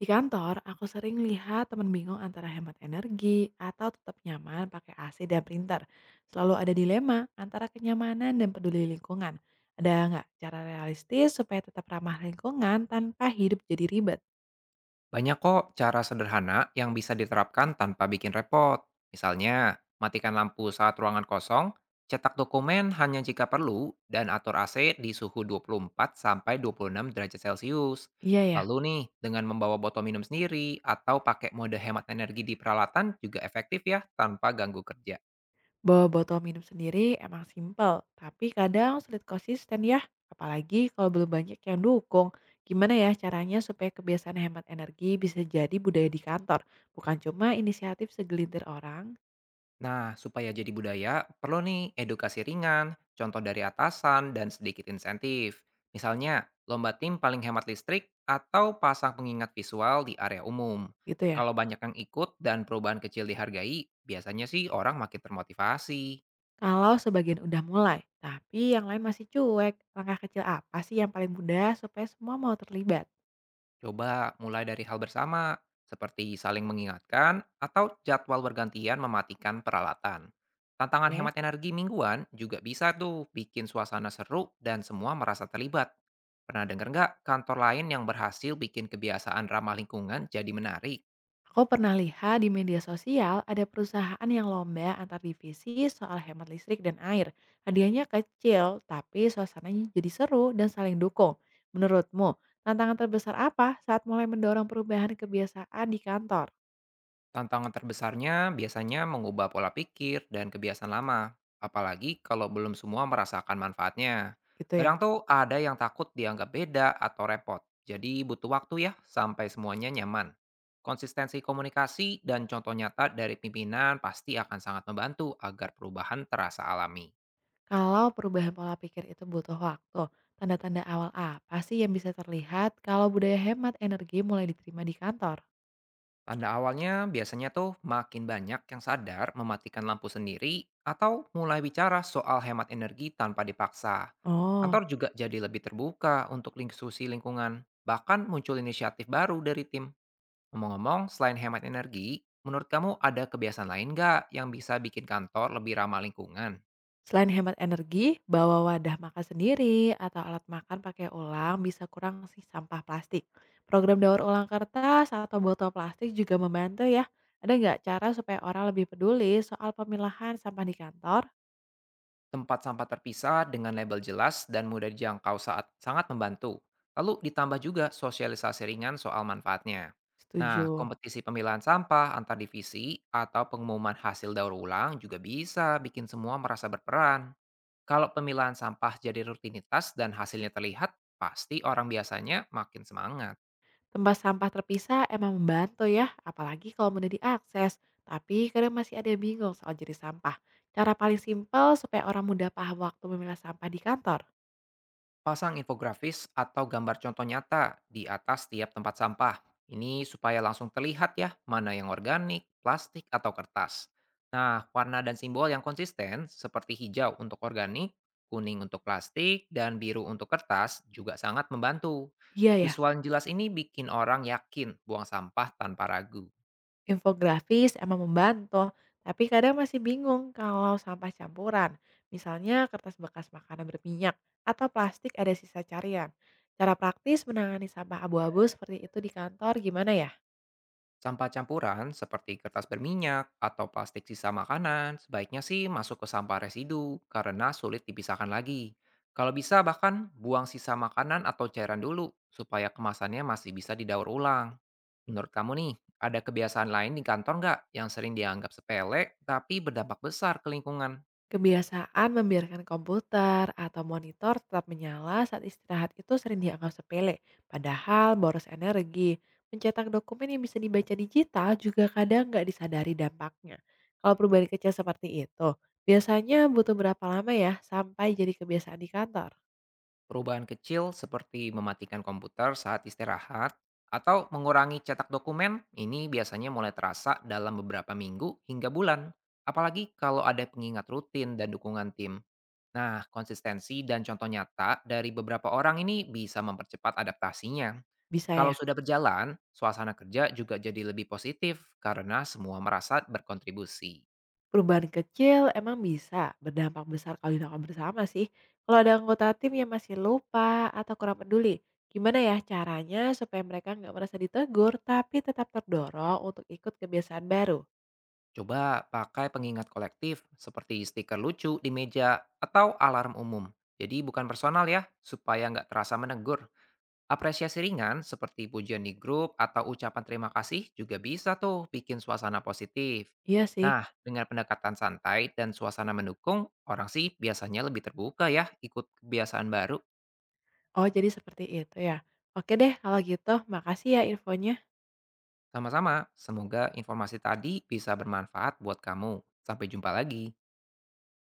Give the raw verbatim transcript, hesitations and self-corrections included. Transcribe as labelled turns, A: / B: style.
A: Di kantor, aku sering lihat teman bingung antara hemat energi atau tetap nyaman pakai A C dan printer. Selalu ada dilema antara kenyamanan dan peduli lingkungan. Ada nggak cara realistis supaya tetap ramah lingkungan tanpa hidup jadi ribet?
B: Banyak kok cara sederhana yang bisa diterapkan tanpa bikin repot. Misalnya, matikan lampu saat ruangan kosong, cetak dokumen hanya jika perlu, dan atur A C di suhu dua puluh empat sampai dua puluh enam derajat Celcius.
A: Iya ya,
B: Lalu nih, dengan membawa botol minum sendiri atau pakai mode hemat energi di peralatan juga efektif ya tanpa ganggu kerja.
A: bawa botol minum sendiri emang simpel, tapi kadang sulit konsisten ya. Apalagi kalau belum banyak yang dukung. Gimana ya caranya supaya kebiasaan hemat energi bisa jadi budaya di kantor, bukan cuma inisiatif segelintir orang
B: Nah, supaya jadi budaya, perlu nih edukasi ringan, contoh dari atasan, dan sedikit insentif. Misalnya, lomba tim paling hemat listrik atau pasang pengingat visual di area umum.
A: gitu ya?
B: Kalau banyak yang ikut dan perubahan kecil dihargai, biasanya sih orang makin termotivasi.
A: Kalau sebagian udah mulai, tapi yang lain masih cuek, langkah kecil apa sih yang paling mudah supaya semua mau terlibat?
B: Coba mulai dari hal bersama, seperti saling mengingatkan atau jadwal bergantian mematikan peralatan. Tantangan
A: Oke.
B: hemat energi mingguan juga bisa tuh bikin suasana seru dan semua merasa terlibat. Pernah dengar nggak kantor lain yang berhasil bikin kebiasaan ramah lingkungan jadi menarik?
A: Aku pernah lihat di media sosial ada perusahaan yang lomba antar divisi soal hemat listrik dan air. Hadiahnya kecil, tapi suasananya jadi seru dan saling dukung. Menurutmu, tantangan terbesar apa saat mulai mendorong perubahan kebiasaan di kantor?
B: Tantangan terbesarnya biasanya mengubah pola pikir dan kebiasaan lama, apalagi kalau belum semua merasakan manfaatnya.
A: Gitu ya.
B: Kadang tuh ada yang takut dianggap beda atau repot, jadi butuh waktu ya sampai semuanya nyaman. Konsistensi komunikasi dan contoh nyata dari pimpinan pasti akan sangat membantu agar perubahan terasa alami.
A: Kalau perubahan pola pikir itu butuh waktu, tanda-tanda awal apa sih yang bisa terlihat kalau budaya hemat energi mulai diterima di kantor?
B: Tanda awalnya biasanya tuh makin banyak yang sadar mematikan lampu sendiri atau mulai bicara soal hemat energi tanpa dipaksa.
A: Oh,
B: Kantor juga jadi lebih terbuka untuk diskusi lingkungan, bahkan muncul inisiatif baru dari tim. Ngomong-ngomong, selain hemat energi, menurut kamu ada kebiasaan lain nggak yang bisa bikin kantor lebih ramah lingkungan?
A: selain hemat energi, bawa wadah makan sendiri atau alat makan pakai ulang bisa kurang sih sampah plastik. Program daur ulang kertas atau botol plastik juga membantu ya. Ada nggak cara supaya orang lebih peduli soal pemilahan sampah di kantor?
B: Tempat sampah terpisah dengan label jelas dan mudah dijangkau saat sangat membantu. Lalu ditambah juga sosialisasi ringan soal manfaatnya. Nah,
A: Setuju.
B: kompetisi pemilahan sampah antar divisi atau pengumuman hasil daur ulang juga bisa bikin semua merasa berperan. Kalau pemilahan sampah jadi rutinitas dan hasilnya terlihat, pasti orang biasanya makin semangat.
A: Tempat sampah terpisah emang membantu ya, apalagi kalau mudah diakses. Tapi kadang masih ada yang bingung soal jenis sampah. Cara paling simpel supaya orang mudah paham waktu memilah sampah di kantor.
B: Pasang infografis atau gambar contoh nyata di atas tiap tempat sampah. Ini supaya langsung terlihat ya, mana yang organik, plastik, atau kertas. Nah, warna dan simbol yang konsisten seperti hijau untuk organik, kuning untuk plastik, dan biru untuk kertas juga sangat membantu.
A: Iya ya,
B: Visual yang jelas ini bikin orang yakin buang sampah tanpa ragu.
A: infografis emang membantu. Tapi kadang masih bingung kalau sampah campuran. Misalnya kertas bekas makanan berminyak atau plastik ada sisa carian. Cara praktis menangani sampah abu-abu seperti itu di kantor gimana ya?
B: Sampah campuran seperti kertas berminyak atau plastik sisa makanan sebaiknya sih masuk ke sampah residu karena sulit dipisahkan lagi. Kalau bisa bahkan buang sisa makanan atau cairan dulu supaya kemasannya masih bisa didaur ulang. Menurut kamu nih, ada kebiasaan lain di kantor nggak yang sering dianggap sepele tapi berdampak besar ke lingkungan?
A: Kebiasaan membiarkan komputer atau monitor tetap menyala saat istirahat itu sering dianggap sepele, padahal boros energi. Mencetak dokumen yang bisa dibaca digital juga kadang nggak disadari dampaknya. Kalau perubahan kecil seperti itu, biasanya butuh berapa lama ya sampai jadi kebiasaan di kantor?
B: Perubahan kecil seperti mematikan komputer saat istirahat atau mengurangi cetak dokumen ini biasanya mulai terasa dalam beberapa minggu hingga bulan. Apalagi kalau ada pengingat rutin dan dukungan tim. Nah, konsistensi dan contoh nyata dari beberapa orang ini bisa mempercepat adaptasinya.
A: Bisa ya?
B: Kalau sudah berjalan, suasana kerja juga jadi lebih positif karena semua merasa berkontribusi.
A: Perubahan kecil emang bisa berdampak besar kalau dilakukan bersama sih. Kalau ada anggota tim yang masih lupa atau kurang peduli, gimana ya caranya supaya mereka nggak merasa ditegur tapi tetap terdorong untuk ikut kebiasaan baru?
B: Coba pakai pengingat kolektif seperti stiker lucu di meja atau alarm umum. Jadi bukan personal ya, supaya nggak terasa menegur. Apresiasi ringan seperti pujian di grup atau ucapan terima kasih juga bisa tuh bikin suasana positif.
A: Iya sih.
B: Nah, dengan pendekatan santai dan suasana mendukung, orang sih biasanya lebih terbuka ya ikut kebiasaan baru.
A: Oh jadi seperti itu ya. Oke deh kalau gitu, makasih ya infonya.
B: Sama-sama, semoga informasi tadi bisa bermanfaat buat kamu. Sampai jumpa lagi.